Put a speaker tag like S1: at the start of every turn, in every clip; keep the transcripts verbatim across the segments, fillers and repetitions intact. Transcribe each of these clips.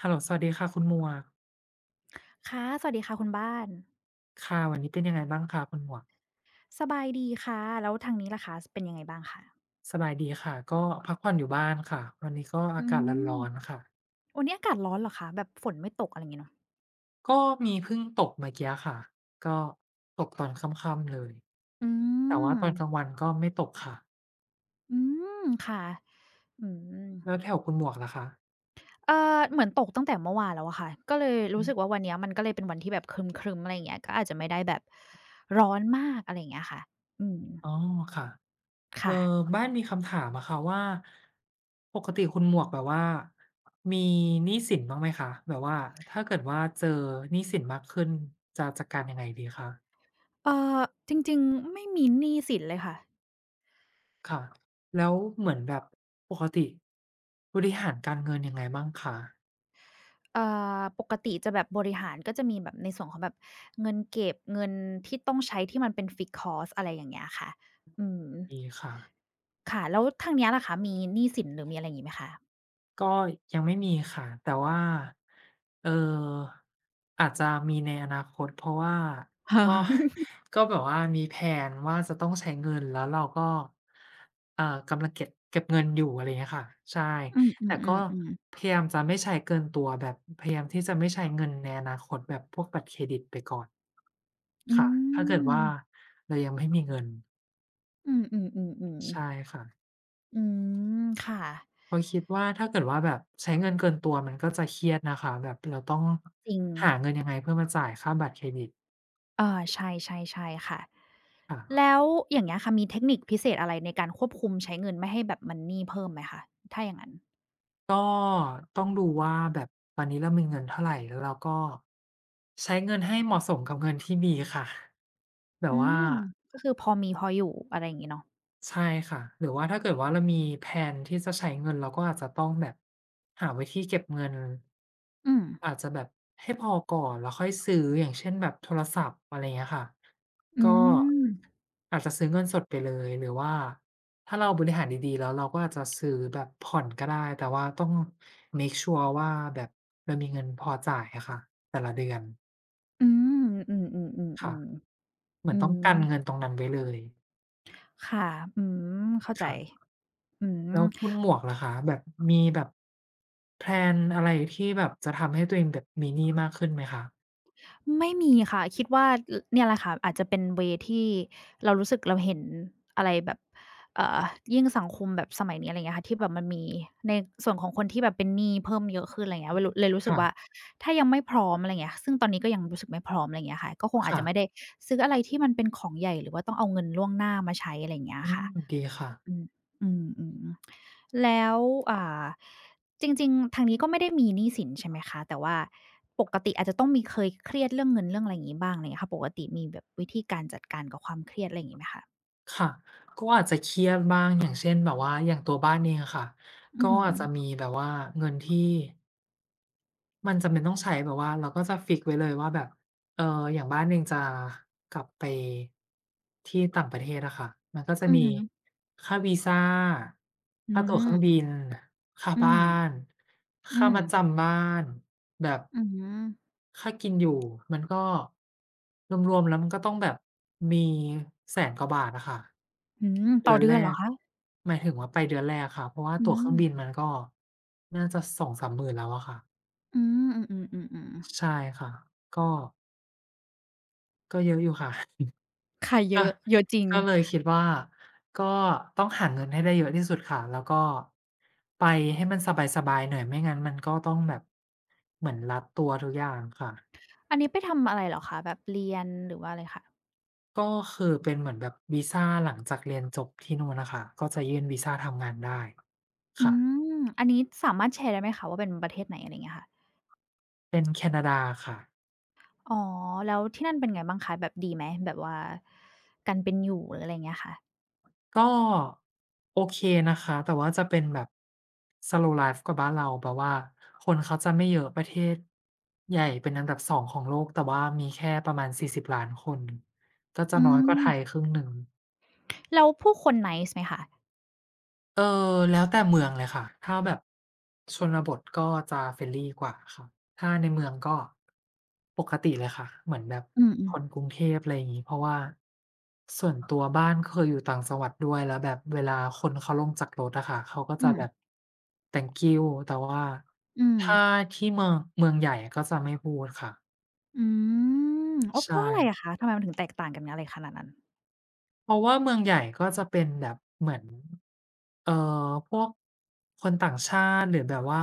S1: ฮัลโหลสวัสดีค่ะคุณหมวก
S2: ค่ะสวัสดีค่ะคุณบ้าน
S1: ค่ะวันนี้เป็นยังไงบ้างคะคุณหมวก
S2: สบายดีค่ะ แล้วทางนี้ล่ะคะสเป็นยังไงบ้างคะ
S1: สบายดีค่ะก็พักผ่อนอยู่บ้านค่ะวันนี้ก็อา
S2: อื
S1: กาศ
S2: ม
S1: ร้อนๆค่ะ
S2: วันนี้อากาศร้อนเหรอคะแบบฝนไม่ตกอะไรงี้เนาะ
S1: ก็มีเพิ่งตกเมื่อกี้ค่ะก็ตกตอนค่ำๆเลย
S2: อื
S1: แต่ว่าตอนกลาง
S2: ม
S1: วันก็ไม่ตกค่ะ
S2: อืมค่ะอืม
S1: แล้วแถวคุณหมวกล่ะคะ
S2: เอ่อเหมือนตกตั้งแต่เมื่อวานแล้วอะค่ะก็เลย
S1: อื
S2: รู้
S1: ม
S2: สึกว่าวันเนี้ยมันก็เลยเป็นวันที่แบบครึ้มๆอะไรอย่างเงี้ยก็อาจจะไม่ได้แบบร้อนมากอะไรอย่างเงี้ยค่ะอืม
S1: อ๋อค่ะเอ่อ
S2: ค่ะ
S1: บ้านมีคำถามอะค่ะว่าปกติคุณหมวกแบบว่ามีหนี้สินบ้างไหมคะแบบว่าถ้าเกิดว่าเจอหนี้สินมากขึ้นจะจัดการยังไงดีคะ
S2: เอ่อจริงๆไม่มีหนี้สินเลยค่ะ
S1: ค่ะ แล้วเหมือนแบบปกติบริหารการเงินยังไงบ้างคะ
S2: เอ่อปกติจะแบบบริหารก็จะมีแบบในส่วนของแบบเงินเก็บเงินที่ต้องใช้ที่มันเป็น fixed cost อะไรอย่างเงี้ยค่ะอืม
S1: ดีค่ะ
S2: ค่ะแล้วทางเนี้ยล่ะคะมีหนี้สินหรือมีอะไรอย่างงี้ไหมคะ
S1: ก็ยังไม่มีค่ะแต่ว่าเอ่ออาจจะมีในอนาคตเพราะว่า
S2: ค่ะ
S1: ก็ก็แบบว่ามีแพลนว่าจะต้องใช้เงินแล้วเราก็เอ่อกำลังเก็บเก็บเงินอยู่อะไรอย่างเงี้ยค่ะใช่แต่ก็
S2: อ
S1: พยายามจะไม่ใช้เกินตัวแบบพยายามที่จะไม่ใช้เงินในอนาคตแบบพวกบัตรเครดิตไปก่อน
S2: ื
S1: ค่ะถ้าเกิ
S2: มๆๆๆ
S1: ด
S2: อื
S1: ว่าเรายังไม่มีเงิน
S2: มอืมๆๆ
S1: ใช่
S2: ๆ
S1: ค่ะ
S2: อืมค่ะ
S1: เพราะคิดว่าถ้าเกิดว่าแบบใช้เงินเกินตัวมันก็จะเครียดนะคะแบบเราต้อง
S2: จริง
S1: หาเงินยังไงเพื่อมาจ่ายค่าบัตรเครดิต
S2: เออใช่ๆๆค่ะ
S1: ค่ะ
S2: แล้วอย่างเงี้ยค่ะมีเทคนิคพิเศษอะไรในการควบคุมใช้เงินไม่ให้แบบมันหนี้เพิ่มไหมคะถ้าอย่างงั้น
S1: ก็ต้องดูว่าแบบตอนนี้เรามีเงินเท่าไหร่แล้วเราก็ใช้เงินให้เหมาะสมกับเงินที่มีค่ะแบ
S2: อื
S1: บว่า
S2: มก็คือพอมีพออยู่อะไรอย่างงี้เนาะ
S1: ใช่ค่ะหรือว่าถ้าเกิดว่าเรามีแพลนที่จะใช้เงินเราก็อาจจะต้องแบบหาวิธีเก็บเงิน
S2: อืม
S1: อาจจะแบบให้พอก่อนแล้วค่อยซื้ออย่างเช่นแบบโทรศัพท์อะไรอย่างเงี้ยค่ะ
S2: อื
S1: ก็
S2: ม
S1: อาจจะซื้อเงินสดไปเลยหรือว่าถ้าเราบริหารดีๆแล้วเราก็อาจจะซื้อแบบผ่อนก็ได้แต่ว่าต้องเมกชัวร์ว่าแบบเรามีเงินพอจ่ายอะค่ะแต่ละเดือน
S2: อืม อื
S1: ค่ะ
S2: อๆๆ
S1: เห
S2: ๆ
S1: มื
S2: อื
S1: อนต้อ
S2: ม
S1: งกันเงินตรงนั้นไว้เลย
S2: ค่ะ อืม เข้าใจ
S1: ค่ะ
S2: อืม
S1: แล้วคุณหมวกล่ะคะแบบมีแบบแพลนอะไรที่แบบจะทำให้ตัวเองแบบมีหนี้มากขึ้นไหมคะ
S2: ไม่มีค่ะคิดว่าลเนี่ยแหละค่ะอาจจะเป็นเวย์ที่เรารู้สึกเราเห็นอะไรแบบเอ่อยิ่งสังคมแบบสมัยนี้อะไรเงี้ยค่ะที่แบบมันมีในส่วนของคนที่แบบเป็นหนี้เพิ่มเยอะขึ้นอะไรเงี้ยเวลเลยรู้สึกว่า
S1: ค่ะ
S2: ถ้ายังไม่พร้อมอะไรเงี้ยซึ่งตอนนี้ก็ยังรู้สึกไม่พร้อมอะไรเงี้ยค่ะก็คงอาจจะไม่
S1: ค่ะ
S2: ได้ซื้ออะไรที่มันเป็นของใหญ่หรือว่าต้องเอาเงินล่วงหน้ามาใช้อะไรเงี้ย
S1: อืม
S2: ค่ะ
S1: ดีค่ะ
S2: อืมอืมๆ แล้วอ่าจริงๆทางนี้ก็ไม่ได้มีหนี้สินใช่ไหมคะแต่ว่าปกติอาจจะต้องมีเคยเครียดเรื่องเงินเรื่องอะไรอย่างงี้บ้างอะไรอย่างเงี้ยค่ะปกติมีแบบวิธีการจัดการกับความเครียดอะไรอย่างงี้ไหมคะ
S1: ค่ะก็อาจจะเครียดบ้างอย่างเช่นแบบว่าอย่างตัวบ้านเองอะค่ะ
S2: อื
S1: ก็
S2: อฮึ
S1: อาจจะมีแบบว่าเงินที่ มันจำเป็นต้องใช้แบบว่าเราก็จะฟิกซ์ไว้เลยว่าแบบเอ่ออย่างบ้านหนึ่งจะกลับไปที่ต่างประเทศอะค่ะมันก็จะ
S2: อือ
S1: มี
S2: ฮึ
S1: ค่าวีซา
S2: อื
S1: ค่าตั๋วเค
S2: ม
S1: รื่องบินค่า
S2: อื
S1: บ้
S2: ม
S1: าน
S2: อื
S1: ค่า
S2: ม
S1: มัดจำบ้านแบบ
S2: อือฮึ
S1: ค่ากินอยู่มันก็รวมๆแล้วมันก็ต้องแบบมีแสนกว่าบาทอะค่ะ
S2: อืมต่
S1: เดื
S2: อ
S1: อน
S2: เดื
S1: แร
S2: อนเหรอ
S1: ก
S2: คะ
S1: หมายถึงว่าไปเดือนแรกค่ะเพราะว่า
S2: อื
S1: ตั๋วเครื่
S2: ม
S1: องบินมันก็น่าจะสองสามหมื่นแล้วอะค่ะ
S2: อืมอืมๆๆๆ
S1: ใช่ค่ะ ก็ก็เยอะอยู่ค่ะ
S2: ค่ะ เย
S1: ก็
S2: อะเยอะจริง
S1: ก็เลยคิดว่าก็ต้องหาเงินให้ได้เยอะที่สุดค่ะ แล้วก็ไปให้มันสบายๆหน่อยไม่งั้นมันก็ต้องแบบเหมือนรัดตัวทุกอย่างค่ะ
S2: อันนี้ไปทำอะไรเหรอคะแบบเรียนหรือว่าอะไรคะ
S1: ก็คือเป็นเหมือนแบบวีซาหลังจากเรียนจบที่นู่นน่ะค่ะก็จะยื่นวีซาทำงานได้
S2: อื
S1: ค่ะ
S2: มอันนี้สามารถแชร์ได้ไหมคะว่าเป็นประเทศไหนอะไรอย่างเงี้ยค่ะ
S1: เป็นแคนาดาค่ะ
S2: อ๋อแล้วที่นั่นเป็นไงบ้างคะแบบดีไหมแบบว่าการเป็นอยู่หรืออะไรอย่างเงี้ยค่ะ
S1: ก็โอเคนะคะแต่ว่าจะเป็นแบบ Slow Life กว่าบ้านเราแบบว่าคนเขาจะไม่เยอะประเทศใหญ่เป็นอันดับสองของโลกแต่ว่ามีแค่ประมาณสี่สิบล้านคนก็จะ
S2: อื
S1: น้อยก
S2: ม
S1: ว่าไทยครึ่งหนึ่ง
S2: แล้วผู้คน nice ไหมคะ
S1: เออแล้วแต่เมืองเลยค่ะถ้าแบบชนบทก็จะ friendly กว่าค่ะถ้าในเมืองก็ปกติเลยค่ะเหมือนแบบ
S2: อื
S1: ค
S2: ม
S1: นกรุง
S2: ๆ
S1: เทพอะไรอย่างงี้เพราะว่าส่วนตัวบ้านเคยอยู่ต่างจังหวัดด้วยแล้วแบบเวลาคนเขาลงจากรถอะค่ะเขาก็
S2: อื
S1: จะ
S2: ม
S1: แบบ thank you แต่ว่า
S2: อืม
S1: ถ้าที่เมืองเมืองใหญ่ก็จะไม่พูดค่ะ
S2: อืมอ้าวเพ
S1: ใช่
S2: ราะอะไรอะคะทำไมมันถึงแตกต่างกันอะไรขนาดนั้น
S1: เพราะว่าเมืองใหญ่ก็จะเป็นแบบเหมือนเอ่อพวกคนต่างชาติหรือแบบว่า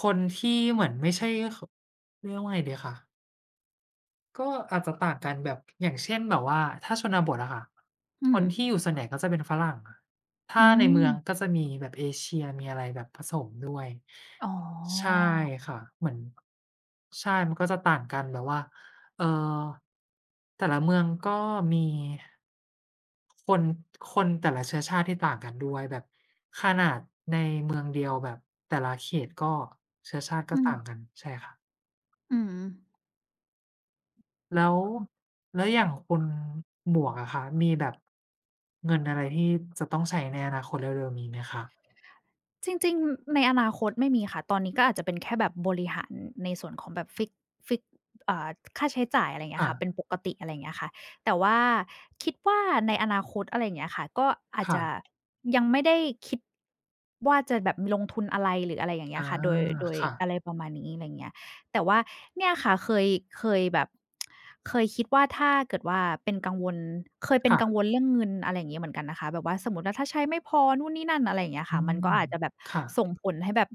S1: คนที่เหมือนไม่ใช่ขเรียกว่าไงดีคะ ก็อาจจะต่างกันแบบอย่างเช่นแบบว่าถ้าชนบทอะค่ะ
S2: อื
S1: ค
S2: ม
S1: นที่อยู่ส่วนใหญ่ก็จะเป็นฝรั่งถ้า
S2: อื
S1: ใน
S2: ม
S1: เมืองก็จะมีแบบเอเชียมีอะไรแบบผสมด้วย
S2: อ๋
S1: ใช่
S2: อ
S1: ค่ะเหมือนใช่มันก็จะต่างกันแบบว่าเอ่อแต่ละเมืองก็มีคนคนแต่ละเชื้อชาติที่ต่างกันด้วยแบบขนาดในเมืองเดียวแบบแต่ละเขตก็เชื้อชาติก็
S2: อืม
S1: ต่างกันใช่ค่ะ
S2: อืม
S1: แล้วแล้วอย่างคุณหมวกอะคะมีแบบเงินอะไรที่จะต้องใช้ในอนาคตเร็วๆนี้ไหมคะ
S2: จริงๆ ในอนาคตไม่มีค่ะ ตอนนี้ก็อาจจะเป็นแค่แบบบริหารในส่วนของแบบฟิกซ์ฟิกซ์อ่าค่าใช้จ่ายอะไรอย่างเงี้ย
S1: ค่ะ
S2: ค่ะเป็นปกติอะไรอย่างเงี้ยค่ะแต่ว่าคิดว่าในอนาคตอะไรอย่างเงี้ยค่ะก็อาจ
S1: ค่ะ
S2: จะยังไม่ได้คิดว่าจะแบบลงทุนอะไรหรืออะไรอย่างเงี้ย
S1: อา
S2: ค่ะโดยโดย
S1: ค่ะ
S2: อะไรประมาณนี้อะไรอย่างเงี้ย แต่ว่าเนี่ยค่ะเคยเคยแบบเคยคิดว่าถ้าเกิดว่าเป็นกังวลเคยเป็น
S1: ค่ะ
S2: กังวลเรื่องเงินอะไรอย่างงี้เหมือนกันนะคะแบบว่าสมมุติว่าถ้าใช้ไม่พอนู่นนี่นั่นอะไรอย่างเงี้ย
S1: อื
S2: ค่ะมัน
S1: ม
S2: ก็อาจจะแบบ
S1: ค่ะ
S2: ส่งผลให้แบบ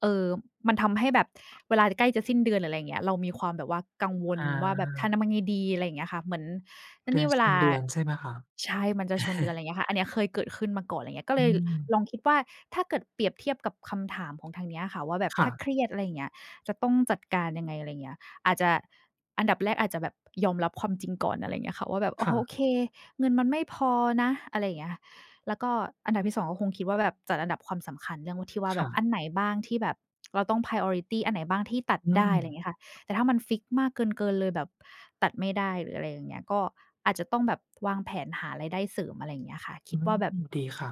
S2: เอ่อมันทำให้แบบเวลาใกล้จะสิ้นเดือนหรืออะไรอย่างเงี้ยเรามีความแบบว่ากังวล
S1: อ
S2: ว่าแบบ
S1: า
S2: ทำยังไงดีอะไรอย่างเงี้ยค่ะเหมือนแล้ว
S1: เดือ
S2: นี่
S1: น
S2: เว
S1: ชน
S2: ลา
S1: เดือนใช่ไหมคะ
S2: ใช่มันจะชนเดือนอะไรอย่างเงี้ยค่ะอันเนี้ยเคยเกิดขึ้นมาก่อนอะไรอย่างเงี้ยก็
S1: อื
S2: เลย
S1: ม
S2: ลองคิดว่าถ้าเกิดเปรียบเทียบกับคำถามของทางเนี้ยค่ะว่าแบบถ้าเครี
S1: ค่ะ
S2: ยดอะไรอย่างเงี้ย จะต้องจัดการยังไงอะไรเงี้ยอาจจะอันดับแรกอาจจะแบบยอมรับความจริงก่อนอะไรเงี้ยค่ะว่าแบบอ๋อโอเค
S1: ค่ะ
S2: เงินมันไม่พอนะอะไรอย่างเงี้ยแล้วก็อันดับที่สองก็คงคิดว่าแบบจัดอันดับความสำคัญเรื่องว่าที่ว่าแบ
S1: ค่ะ
S2: บอันไหนบ้างที่แบบเราต้อง priority อันไหนบ้างที่ตัด
S1: อืม
S2: ได้อะไรเงี้ยค่ะแต่ถ้ามันฟิกซ์มากเกินเกินเลยแบบตัดไม่ได้หรืออะไรอย่างเงี้ยก็อาจจะต้องแบบวางแผนหารายได้เสริมอะไรอย่างเงี้ยค่ะ
S1: อื
S2: คิด
S1: ม
S2: ว่าแบบ
S1: ดีค่ะ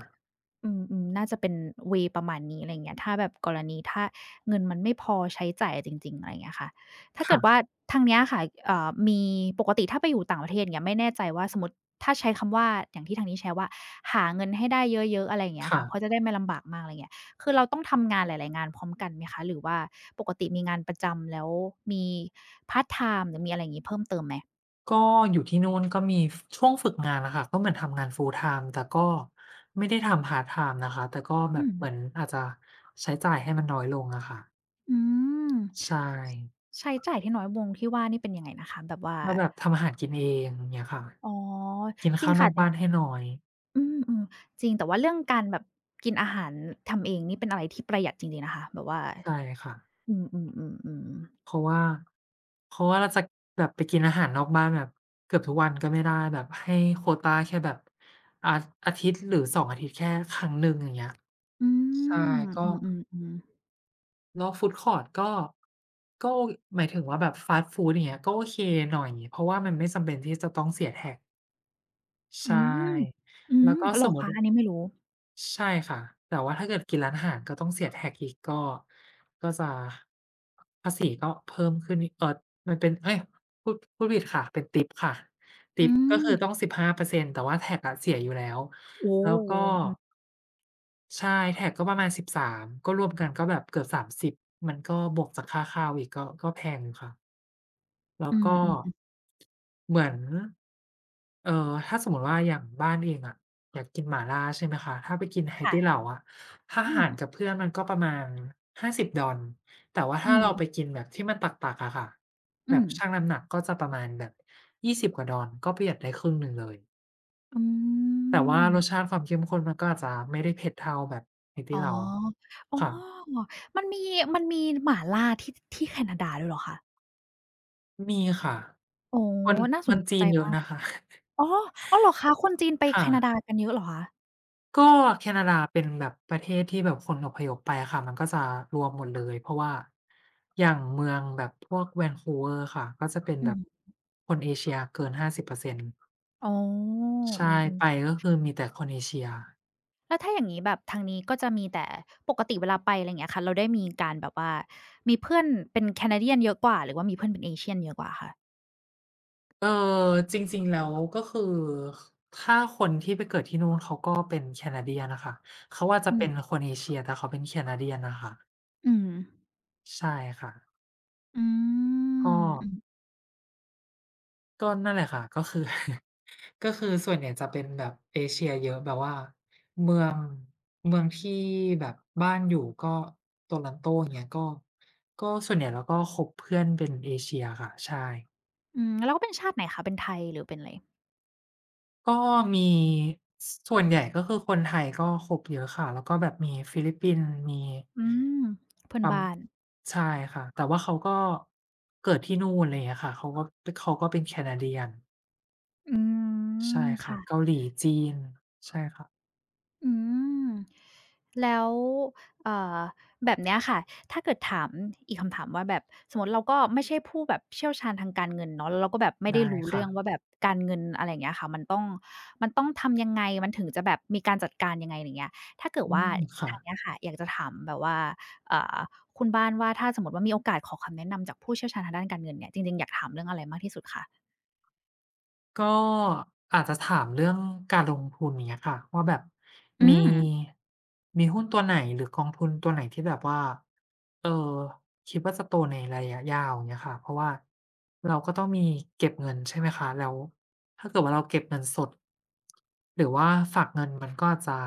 S2: อืมๆน่าจะเป็นเวย์ประมาณนี้อะไรอย่างเงี้ยถ้าแบบกรณีถ้าเงินมันไม่พอใช้จ่ายจริงๆอะไรอย่างเงี้ยค่ะถ้าเกิดว่า
S1: ค่ะ
S2: ทางเนี้ยค่ะเอ่อมีปกติถ้าไปอยู่ต่างประเทศอย่างเงี้ยไม่แน่ใจว่าสมมุติถ้าใช้คำว่าอย่างที่ทางนี้ใช้ว่าหาเงินให้ได้เยอะๆอะไรอย่างเงี้ย
S1: ค่ะ
S2: ค่ะเพราะจะได้ไม่ลำบากมากอะไรอย่างเงี้ยคือเราต้องทำงานหลายๆงานพร้อมกันไหมคะหรือว่าปกติมีงานประจำแล้วมีพาร์ตไทม์หรือมีอะไรอย่างงี้เพิ่มเติมไหม
S1: ก็อยู่ที่นู่นก็มีช่วงฝึกงานอะค่ะก็เหมือนทำงาน full-time แต่ก็ไม่ได้ทำ part-time นะคะแต่ก็แบ
S2: อื
S1: บ
S2: ม
S1: เหมือนอาจจะใช้จ่ายให้มันน้อยลงอะค่ะ
S2: อืม
S1: ใช่
S2: ใช้จ่ายที่น้อยวงที่ว่านี่เป็นยังไงนะคะแบบว่า
S1: ก็แบบทำอาหารกินเองอย่างเงี้ยค่ะ
S2: อ๋อ
S1: กิน
S2: จริ
S1: ข้า
S2: ง
S1: วน
S2: ค่ะ
S1: อก
S2: แต่
S1: บ้านให้น้อย
S2: อืมๆจริงแต่ว่าเรื่องการแบบกินอาหารทำเองนี่เป็นอะไรที่ประหยัดจริงๆนะคะแบบว่า
S1: ใช่ค่ะ
S2: อืมๆๆ
S1: เพ
S2: ๆ
S1: ราะว่าเพราะว่าเราจะแบบไปกินอาหารนอกบ้านแบบเกือบทุกวันก็ไม่ได้แบบให้โควตาแค่แบบอาอาทิตย์หรือสองอาทิตย์แค่ครั้งหนึ่งอย่างเงี้ย
S2: อื
S1: ใช่
S2: ม
S1: ก็
S2: อืมๆๆ
S1: แล้วฟูดคอร์ตก็ก็หมายถึงว่าแบบฟาสต์ฟูดอย่างเงี้ยก็โอเคหน่อยเพราะว่ามันไม่จำเป็นที่จะต้องเสีย tax
S2: อื
S1: ใช่
S2: มอืม
S1: แล้วก็
S2: เห
S1: ส
S2: รอ
S1: มมุติ
S2: คะอันนี้ไม่รู้
S1: ใช่ค่ะแต่ว่าถ้าเกิดกินร้านอาหารก็ต้องเสีย tax อีกก็ก็จะภาษีก็เพิ่มขึ้นเอ่อมันเป็นเอ๊ยพูดพูดผิดค่ะเป็นทิปค่ะทิ
S2: อื
S1: ปก็
S2: ม
S1: คือต้องสิบห้าเปอร์เซ็นต์แต่ว่า tax อะเสียอยู่แล้ว
S2: โอ้
S1: แล้
S2: โฮ
S1: วก็
S2: อืม
S1: ใช่ tax ก็ประมาณสิบสามก็รวมกันก็แบบเกือบสามสิบมสิบมันก็บวกจากค่าข้าวอีกก็ก็แพงอยู่ค่ะแล้ว
S2: อื
S1: ก็
S2: ม
S1: เหมือน เอ่อถ้าสมมติว่าอย่างบ้านเองอะอยากกินหม่าล่าใช่ไหมคะถ้าไปกิน
S2: ๆ
S1: ไฮ
S2: ๆค่ะ
S1: ตี้เหล่าอะถ้า
S2: อื
S1: หา
S2: ม
S1: รกับเพื่อนมันก็ประมาณห้าสิบดอศูนย์แต่ว่าถ้า
S2: อื
S1: เราไป
S2: ม
S1: กินแบบที่มันตักๆอะค่ะแบ
S2: อื
S1: บ
S2: ม
S1: ชั่งน้ำหนักก็จะประมาณแบบยี่สิบกว่าดอลก็ประหยัดได้ครึ่งหนึ่งเลย
S2: อืม
S1: แต่ว่ารสชาติความเข้มข้นมันก็อาจจะไม่ได้เผ็ดเท่าแบบไฮตี้
S2: อ๋อ
S1: เหล่า
S2: อ๋อ
S1: ค่ะ
S2: มันมีมันมีหม่าล่าที่ที่แคนาดาด้วยเหรอคะ
S1: มีค่ะ
S2: อ๋อ
S1: คน
S2: น่า
S1: ค
S2: ส
S1: น
S2: น
S1: จี
S2: ใจ
S1: นเยอะ
S2: มาก
S1: นะคะ
S2: อ๋ออ้าวเหรอคะคนจีนไปแคนาดา
S1: ค่ะ
S2: กันเยอะเหรอคะ
S1: ก็แคนาดาเป็นแบบประเทศที่แบบคนอพยพไปอะค่ะมันก็จะรวมหมดเลยเพราะว่าอย่างเมืองแบบพวก v นคูเวอ e ์ค่ะก็จะเป็น
S2: อื
S1: แบบ
S2: ม
S1: คนเอเชียเกินห้าสิบเปอร์เซ็นต์
S2: อ๋ออื
S1: ใช่
S2: ม
S1: ไป
S2: ๆ
S1: ก็คือมีแต่คนเอเชีย
S2: แล้วถ้าอย่างงี้แบบทางนี้ก็จะมีแต่ปกติเวลาไปอะไรอย่างเงี้ยค่ะเราได้มีการแบบว่ามีเพื่อนเป็น Canadian เยอะกว่าหรือว่ามีเพื่อนเป็น Asian เยอะกว่าคะ
S1: เออจริงๆแล้วก็คือถ้าคนที่ไปเกิดที่นู่นเขาก็เป็นแคนาเดียนน่ะค่ะเขาอาจจะ
S2: อื
S1: เป็
S2: ม
S1: นคนเอเชียแต่เขาเป็นแคนาเดียนน่ะค่ะ
S2: อืม
S1: ใช่ค่ะ
S2: อื
S1: ก็
S2: มอืม
S1: ก็นั่นแหละค่ะก็คือ ก็คือส่วนใหญ่จะเป็นแบบเอเชียเยอะแบบว่าเมืองเมืองที่แบบบ้านอยู่ก็ t ต r o น t o อย่างเงี้ยก็ก็ส่วนใหญ่เราก็คบเพื่อนเป็นเอเชียค่ะใช่
S2: อืมแล้วก็เป็นชาติไหนคะเป็นไทยหรือเป็นอะไร
S1: ก็มีสส่วนใหญ่ก็คือคนไทยก็คบเยอะค่ะแล้วก็แบบมีฟิลิปปินส์มี
S2: อืมเพื่อน
S1: ปัม
S2: บ้าน
S1: ใช่ค่ะแต่ว่าเขาก็เกิดที่นู่นอะไรอย่างเงี้ยค่ะเขาก็ปเขาก็เป็นแคนาเดียน
S2: อื
S1: ใช่
S2: ม
S1: ค่ะ
S2: ค่ะ
S1: เกาหลีจีนใช่ค่ะ
S2: อืมแล้วเอ่อแบบเนี้ยค่ะถ้าเกิดถามอีกคำถามว่าแบบสมมุติเราก็ไม่ใช่ผู้แบบเชี่ยวชาญทางการเงินเนาะแล้วเราก็แบบไม่ได้
S1: ได้
S2: รู้
S1: ค่ะ
S2: เรื่องว่าแบบการเงินอะไรอย่างเงี้ยค่ะมันต้องมันต้องทำยังไงมันถึงจะแบบมีการจัดการยังไงไรเงี้ยถ้าเกิด
S1: อื
S2: ว่า
S1: มค่ะ
S2: ทางเนี้ยค่ะอยากจะถามแบบว่าเอ่อคุณบ้านว่าถ้าสมมุติว่ามีโอกาสขอคำแนะนำจากผู้เชี่ยวชาญทางด้านการเงินเนี่ยจริงๆอยากถามเรื่องอะไรมากที่สุดคะ
S1: ก็อาจจะถามเรื่องการลงทุนเนี้ยค่ะว่าแบบ
S2: อื
S1: มี
S2: ม
S1: มีหุ้นตัวไหนหรือกองทุนตัวไหนที่แบบว่าเออคิดว่าจะโตในระยะยาวเนี้ยค่ะเพราะว่าเราก็ต้องมีเก็บเงินใช่ไหมคะแล้วถ้าเกิดว่าเราเก็บเงินสดหรือว่าฝากเงินมันก็อาจจะ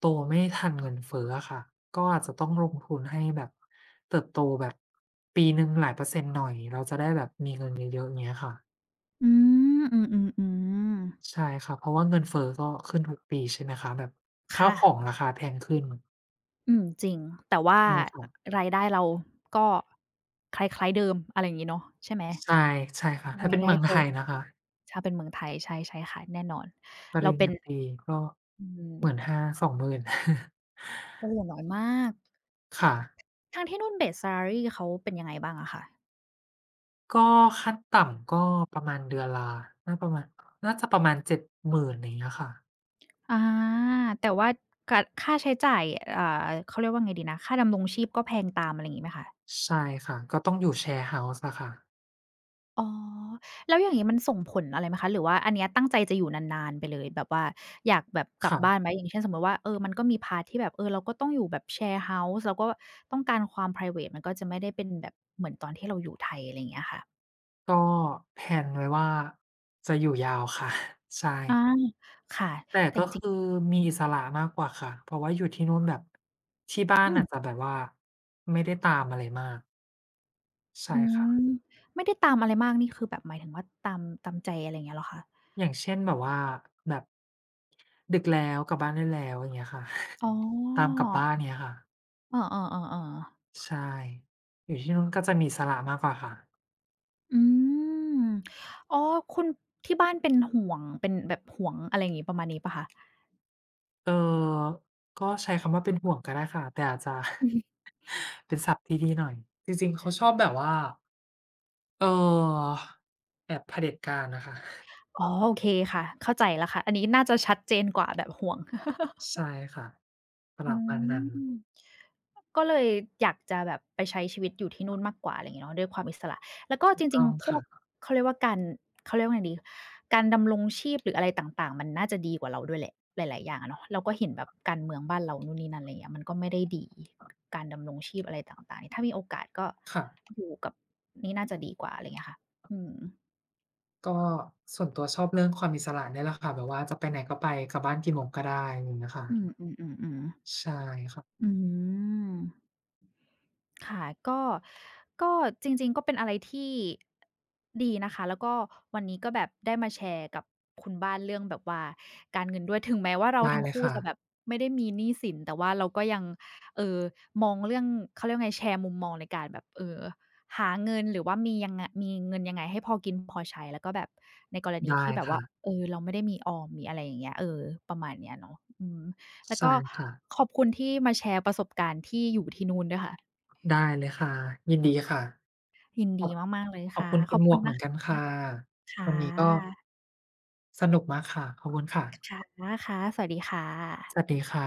S1: โตไม่ทันเงินเฟ้ออะค่ะก็อาจจะต้องลงทุนให้แบบเติบโตแบบปีหนึ่งหลายเปอร์เซ็นต์หน่อยเราจะได้แบบมีเงินเยอะๆเงี้ยค่ะ
S2: อืมอือๆๆ
S1: ใช่ครับเพราะว่าเงินเฟ้อก็ขึ้นทุกปีใช่ไหมครับแบบข้าว
S2: ค่ะ
S1: ของราคาแพงขึ้น
S2: อืมจริงแต่ว่า
S1: ใช่ครับ
S2: รายได้เราก็คล้ายๆเดิมอะไรอย่างงี้เนาะใช่ไหม
S1: ใช่ใช่ครับถ้า
S2: รา
S1: เป็
S2: ย
S1: น
S2: ได้
S1: เมือง
S2: ต
S1: ไท
S2: รง
S1: ยนะคะ
S2: ถ้าเป็นเมืองไทยใช่ใช่ค่ะแน่นอน
S1: ป
S2: เรา
S1: ริญ
S2: เป็น
S1: ญาตรีก็
S2: อื
S1: หมื่น
S2: ม
S1: ห้าสองสอง ศูนย์ ศูนย์ ศูนย์น
S2: โอ้น้อยมาก
S1: ค่ะ
S2: ทางที่นู่น Base Salary เขาเป็นยังไงบ้างอะคะ
S1: ก็ขั้นต่ำก็ประมาณเดือนละน่าประมาณน่าจะประมาณเจ็ด ศูนย์ ศูนย์ ศูนย์นอย่างเงี้ยค่ะ
S2: อาแต่ว่ากค่าใช้จ่ายอ่าเขาเรียกว่าไงดีนะค่าดำรงชีพก็แพงตามอะไรอย่างงี้ไหมคะ
S1: ใช่ค่ะก็ต้องอยู่แชร์เฮาส์อะค่ะ
S2: อ๋อแล้วอย่างงี้มันส่งผลอะไรไหมคะหรือว่าอันเนี้ยตั้งใจจะอยู่นานๆไปเลยแบบว่าอยากแบบกลับบ้านไหม
S1: ค่ะ
S2: อย่างเช่นสมมุติว่าเออมันก็มีพาร์ตที่แบบเออเราก็ต้องอยู่แบบแชร์เฮาส์เราก็ต้องการความไพรเวตมันก็จะไม่ได้เป็นแบบเหมือนตอนที่เราอยู่ไทยอะไรอย่างเงี้ยค่ะ
S1: ก็แพลนไว้ว่าจะอยู่ยาวค่ะ ใช่
S2: อาค่ะ
S1: แต่
S2: แต่
S1: ก็
S2: จริง
S1: คือ
S2: ๆ
S1: มีอิสระมากกว่าค่ะเพราะว่าอยู่ที่นู่นแบบที่บ้าน
S2: อืม
S1: อาจจะแบบว่าไม่ได้ตามอะไรมาก
S2: อื
S1: ใช่ค่ะ
S2: มไม่ได้ตามอะไรมากนี่คือแบบหมายถึงว่าตามตามใจอะไรอย่างเงี้ยเหรอคะ
S1: อย่างเช่นแบบว่าแบบดึกแล้วกลับบ้านได้แล้วอย่างเงี้ยค่ะ
S2: อ๋
S1: ตาม
S2: อ
S1: กลับบ้านเนี้ยค่ะ
S2: เออๆๆๆ
S1: ใช่อยู่ที่นู่นก็จะมีอิสระมากกว่าค่ะ
S2: อืมอ๋อคุณที่บ้านเป็นห่วงเป็นแบบห่วงอะไรอย่างงี้ประมาณนี้เปล่าคะ
S1: เออก็ใช้คำว่าเป็นห่วงก็ได้ค่ะแต่อาจจะ เป็นศัพท์ที่ดีหน่อยจริงๆเขาชอบแบบว่าเออแบบเผด็จการนะคะ
S2: อ๋อโอเคค่ะเข้าใจแล้วค่ะอันนี้น่าจะชัดเจนกว่าแบบห่วง
S1: ใช่ค่ะป
S2: อื
S1: ระมาณนั้น
S2: มก็เลยอยากจะแบบไปใช้ชีวิตอยู่ที่นู่นมากกว่าอะไรอย่างงี้เนาะด้วยความอิสระแล้วก็
S1: ถู
S2: จ
S1: ก
S2: ริ
S1: ต้อ
S2: ง
S1: ง
S2: ๆพวก
S1: ค่ะ
S2: เขาเรียกว่าการเขาเรียกว่าไงดีการดำรงชีพหรืออะไรต่างๆมันน่าจะดีกว่าเราด้วยแหละหลายๆอย่างอะเนาะเราก็เห็นแบบการเมืองบ้านเรานู่นนี่นั่นอะไรอย่างเงี้ยมันก็ไม่ได้ดีการดำรงชีพอะไรต่างๆนี่ถ้ามีโอกาสก็
S1: ค่ะ
S2: อยู่กับนี่น่าจะดีกว่าอะไรอย่างเงี้ยค่ะอืม
S1: ก็ส่วนตัวชอบเรื่องความอิสระเนี่ยแหละค่ะแบบว่าจะไปไหนก็ไปกลับบ้านกี่โมงก็ได้อย่างเงี้ยค่ะ
S2: อืมๆๆๆ
S1: ใช่ค่ะ
S2: อืม ค่ะก็ก็จริงๆก็เป็นอะไรที่ดีนะคะแล้วก็วันนี้ก็แบบได้มาแชร์กับคุณบ้านเรื่องแบบว่าการเงินด้วยถึงแม้ว่าเรา
S1: ได้
S2: ทั้ง
S1: เลย
S2: คู่
S1: ค่ะ
S2: จะแบบไม่ได้มีหนี้สินแต่ว่าเราก็ยังเอ่อมองเรื่องเขาเรียกว่าไงแชร์มุมมองในการแบบเอ่อหาเงินหรือว่ามียังไงมีเงินยังไงให้พอกินพอใช้แล้วก็แบบในกรณี
S1: ได้
S2: ที่แบบว่า
S1: ค่ะ
S2: เออเราไม่ได้มีออมมีอะไรอย่างเงี้ยเออประมาณเนี้ยเนาะอืมแล้ว
S1: ใช่
S2: ก็
S1: ค่ะ
S2: ขอบคุณที่มาแชร์ประสบการณ์ที่อยู่ที่นู่นด้วยค่ะ
S1: ได้เลยค่ะ ยินดีค่ะ
S2: ยิน
S1: ข
S2: ดี
S1: อบ
S2: มากๆเลย
S1: ขอบ
S2: ค่ะ
S1: คุณ
S2: ข
S1: คุ
S2: อ
S1: ณ
S2: บ
S1: หม
S2: คุ
S1: ว
S2: ณ
S1: กเหมื
S2: นะ
S1: อน
S2: ค
S1: กัน
S2: ะ
S1: ค่ะ
S2: ค่
S1: วันนี้ก็
S2: ะ
S1: สนุกมากค่ะ ขอบคุณค่ะ
S2: ค่ะค่ะสวัสดีค่
S1: สวัส
S2: ะ
S1: ดีค่ะ